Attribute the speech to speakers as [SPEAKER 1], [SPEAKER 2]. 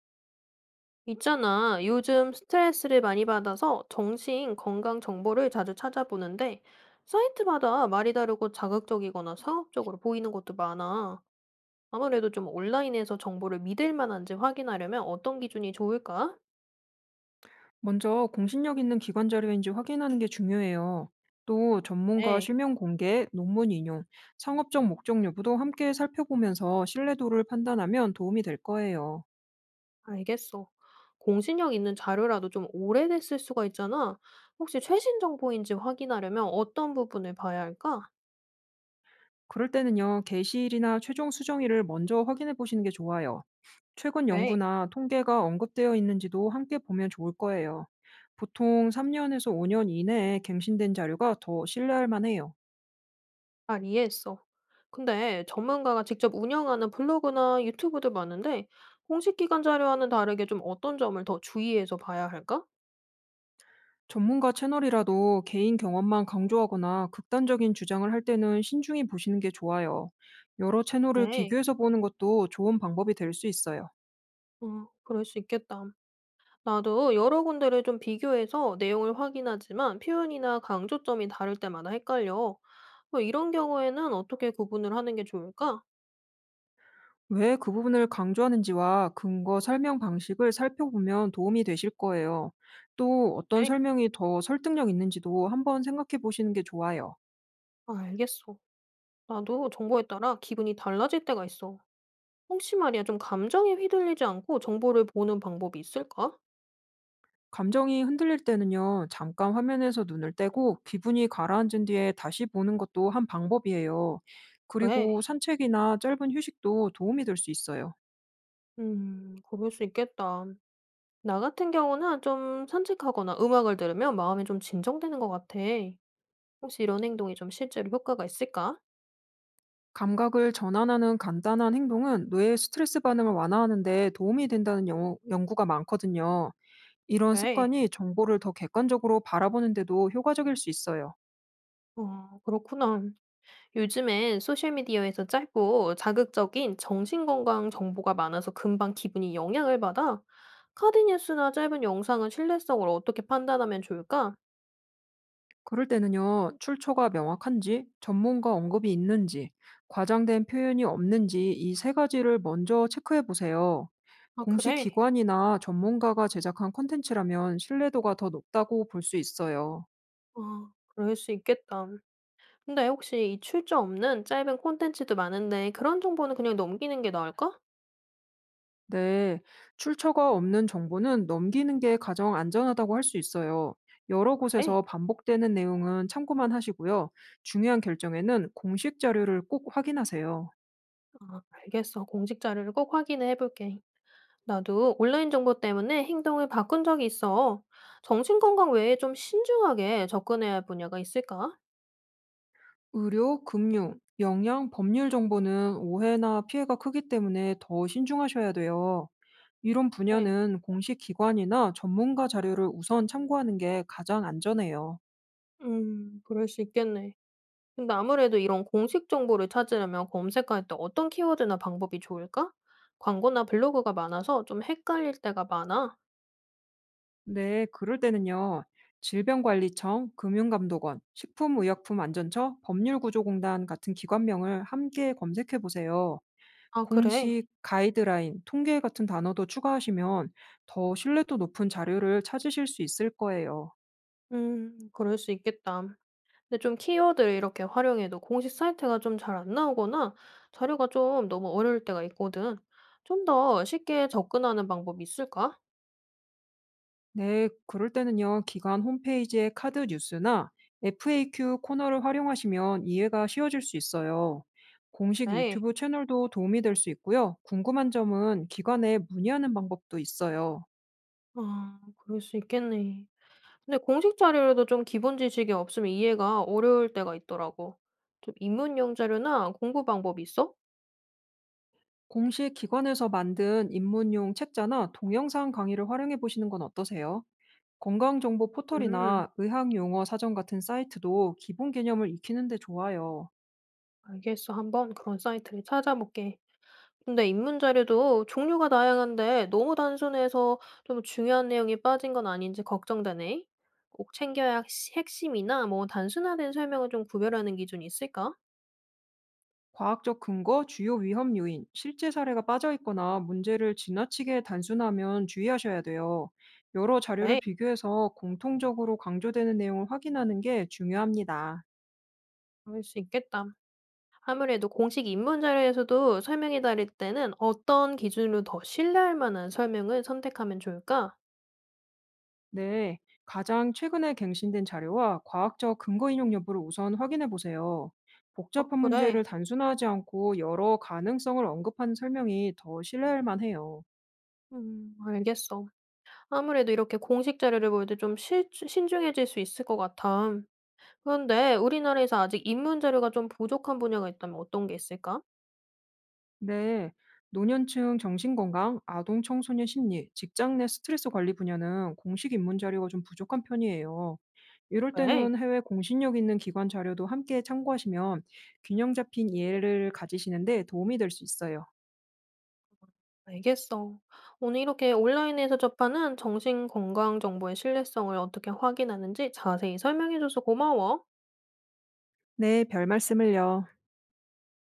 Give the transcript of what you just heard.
[SPEAKER 1] 있잖아. 요즘 스트레스를 많이 받아서 정신 건강 정보를 자주 찾아보는데 사이트마다 말이 다르고 자극적이거나 상업적으로 보이는 것도 많아. 아무래도 좀 온라인에서 정보를 믿을 만한지 확인하려면 어떤 기준이 좋을까?
[SPEAKER 2] 먼저 공신력 있는 기관 자료인지 확인하는 게 중요해요. 또 전문가
[SPEAKER 1] 네,
[SPEAKER 2] 실명 공개, 논문 인용, 상업적 목적 여부도 함께 살펴보면서 신뢰도를 판단하면 도움이 될 거예요.
[SPEAKER 1] 알겠어. 공신력 있는 자료라도 좀 오래됐을 수가 있잖아. 혹시 최신 정보인지 확인하려면 어떤 부분을 봐야 할까?
[SPEAKER 2] 그럴 때는요, 게시일이나 최종 수정일을 먼저 확인해 보시는 게 좋아요. 최근
[SPEAKER 1] 네.
[SPEAKER 2] 연구나 통계가 언급되어 있는지도 함께 보면 좋을 거예요. 보통 3년에서 5년 이내에 갱신된 자료가 더 신뢰할 만해요.
[SPEAKER 1] 잘 이해했어. 근데 전문가가 직접 운영하는 블로그나 유튜브도 많은데 공식 기관 자료와는 다르게 좀 어떤 점을 더 주의해서 봐야 할까?
[SPEAKER 2] 전문가 채널이라도 개인 경험만 강조하거나 극단적인 주장을 할 때는 신중히 보시는 게 좋아요. 여러 채널을
[SPEAKER 1] 네.
[SPEAKER 2] 비교해서 보는 것도 좋은 방법이 될 수 있어요.
[SPEAKER 1] 어, 그럴 수 있겠다. 나도 여러 군데를 좀 비교해서 내용을 확인하지만 표현이나 강조점이 다를 때마다 헷갈려. 뭐 이런 경우에는 어떻게 구분을 하는 게 좋을까?
[SPEAKER 2] 왜 그 부분을 강조하는지와 근거 설명 방식을 살펴보면 도움이 되실 거예요. 또 어떤
[SPEAKER 1] 네.
[SPEAKER 2] 설명이 더 설득력 있는지도 한번 생각해 보시는 게 좋아요.
[SPEAKER 1] 아, 알겠어. 나도 정보에 따라 기분이 달라질 때가 있어. 혹시 말이야, 좀 감정에 휘둘리지 않고 정보를 보는 방법이 있을까?
[SPEAKER 2] 감정이 흔들릴 때는요, 잠깐 화면에서 눈을 떼고 기분이 가라앉은 뒤에 다시 보는 것도 한 방법이에요.
[SPEAKER 1] 왜?
[SPEAKER 2] 그리고 산책이나 짧은 휴식도 도움이 될 수 있어요.
[SPEAKER 1] 그럴 수 있겠다. 나 같은 경우는 좀 산책하거나 음악을 들으면 마음이 좀 진정되는 것 같아. 혹시 이런 행동이 좀 실제로 효과가 있을까?
[SPEAKER 2] 감각을 전환하는 간단한 행동은 뇌의 스트레스 반응을 완화하는데 도움이 된다는 연구가 많거든요. 이런
[SPEAKER 1] 네.
[SPEAKER 2] 습관이 정보를 더 객관적으로 바라보는데도 효과적일 수 있어요.
[SPEAKER 1] 어 그렇구나. 요즘엔 소셜미디어에서 짧고 자극적인 정신건강 정보가 많아서 금방 기분이 영향을 받아. 카드 뉴스나 짧은 영상은 신뢰성을 어떻게 판단하면 좋을까?
[SPEAKER 2] 그럴 때는요, 출처가 명확한지, 전문가 언급이 있는지, 과장된 표현이 없는지 이 세 가지를 먼저 체크해 보세요.
[SPEAKER 1] 아
[SPEAKER 2] 공식
[SPEAKER 1] 그래?
[SPEAKER 2] 기관이나 전문가가 제작한 콘텐츠라면 신뢰도가 더 높다고 볼 수 있어요.
[SPEAKER 1] 아 그럴 수 있겠다. 근데 혹시 이 출처 없는 짧은 콘텐츠도 많은데 그런 정보는 그냥 넘기는 게 나을까?
[SPEAKER 2] 네, 출처가 없는 정보는 넘기는 게 가장 안전하다고 할 수 있어요. 여러
[SPEAKER 1] 에이,
[SPEAKER 2] 곳에서 반복되는 내용은 참고만 하시고요. 중요한 결정에는 공식 자료를 꼭 확인하세요.
[SPEAKER 1] 아, 알겠어. 공식 자료를 꼭 확인해 볼게. 나도 온라인 정보 때문에 행동을 바꾼 적이 있어. 정신건강 외에 좀 신중하게 접근해야 할 분야가 있을까?
[SPEAKER 2] 의료, 금융, 영양, 법률 정보는 오해나 피해가 크기 때문에 더 신중하셔야 돼요. 이런
[SPEAKER 1] 네.
[SPEAKER 2] 분야는 공식 기관이나 전문가 자료를 우선 참고하는 게 가장 안전해요.
[SPEAKER 1] 그럴 수 있겠네. 근데 아무래도 이런 공식 정보를 찾으려면 검색할 때 어떤 키워드나 방법이 좋을까? 광고나 블로그가 많아서 좀 헷갈릴 때가 많아.
[SPEAKER 2] 네, 그럴 때는요. 질병관리청, 금융감독원, 식품의약품안전처, 법률구조공단 같은 기관명을 함께 검색해 보세요.
[SPEAKER 1] 아, 그래.
[SPEAKER 2] 공식 가이드라인, 통계 같은 단어도 추가하시면 더 신뢰도 높은 자료를 찾으실 수 있을 거예요.
[SPEAKER 1] 그럴 수 있겠다. 근데 좀 키워드를 이렇게 활용해도 공식 사이트가 좀 잘 안 나오거나 자료가 좀 너무 어려울 때가 있거든. 좀 더 쉽게 접근하는 방법이 있을까?
[SPEAKER 2] 네, 그럴 때는요, 기관 홈페이지의 카드 뉴스나 FAQ 코너를 활용하시면 이해가 쉬워질 수 있어요. 공식
[SPEAKER 1] 네.
[SPEAKER 2] 유튜브 채널도 도움이 될 수 있고요. 궁금한 점은 기관에 문의하는 방법도 있어요.
[SPEAKER 1] 아, 그럴 수 있겠네. 근데 공식 자료라도 좀 기본 지식이 없으면 이해가 어려울 때가 있더라고. 좀 입문용 자료나 공부 방법이 있어?
[SPEAKER 2] 공식 기관에서 만든 입문용 책자나 동영상 강의를 활용해 보시는 건 어떠세요? 건강정보
[SPEAKER 1] 음,
[SPEAKER 2] 포털이나 의학 용어 사전 같은 사이트도 기본 개념을 익히는 데 좋아요.
[SPEAKER 1] 알겠어. 한번 그런 사이트를 찾아볼게. 근데 입문 자료도 종류가 다양한데 너무 단순해서 좀 중요한 내용이 빠진 건 아닌지 걱정되네. 꼭 챙겨야 핵심이나 뭐 단순화된 설명을 좀 구별하는 기준이 있을까?
[SPEAKER 2] 과학적 근거, 주요 위험 요인, 실제 사례가 빠져 있거나 문제를 지나치게 단순하면 주의하셔야 돼요. 여러 자료를
[SPEAKER 1] 네,
[SPEAKER 2] 비교해서 공통적으로 강조되는 내용을 확인하는 게 중요합니다.
[SPEAKER 1] 그럴 수 있겠다. 아무래도 공식 입문 자료에서도 설명이 다를 때는 어떤 기준으로 더 신뢰할 만한 설명을 선택하면 좋을까?
[SPEAKER 2] 네, 가장 최근에 갱신된 자료와 과학적 근거 인용 여부를 우선 확인해 보세요.
[SPEAKER 1] 어,
[SPEAKER 2] 복잡한
[SPEAKER 1] 그래.
[SPEAKER 2] 문제를 단순화하지 않고 여러 가능성을 언급하는 설명이 더 신뢰할 만해요.
[SPEAKER 1] 알겠어. 아무래도 이렇게 공식 자료를 볼 때 좀 신중해질 수 있을 것 같아. 그런데 우리나라에서 아직 입문 자료가 좀 부족한 분야가 있다면 어떤 게 있을까?
[SPEAKER 2] 네, 노년층 정신건강, 아동 청소년 심리, 직장 내 스트레스 관리 분야는 공식 입문 자료가 좀 부족한 편이에요. 이럴
[SPEAKER 1] 네,
[SPEAKER 2] 때는 해외 공신력 있는 기관 자료도 함께 참고하시면 균형 잡힌 이해를 가지시는데 도움이 될 수 있어요.
[SPEAKER 1] 알겠어. 오늘 이렇게 온라인에서 접하는 정신 건강 정보의 신뢰성을 어떻게 확인하는지 자세히 설명해줘서 고마워.
[SPEAKER 2] 네, 별 말씀을요.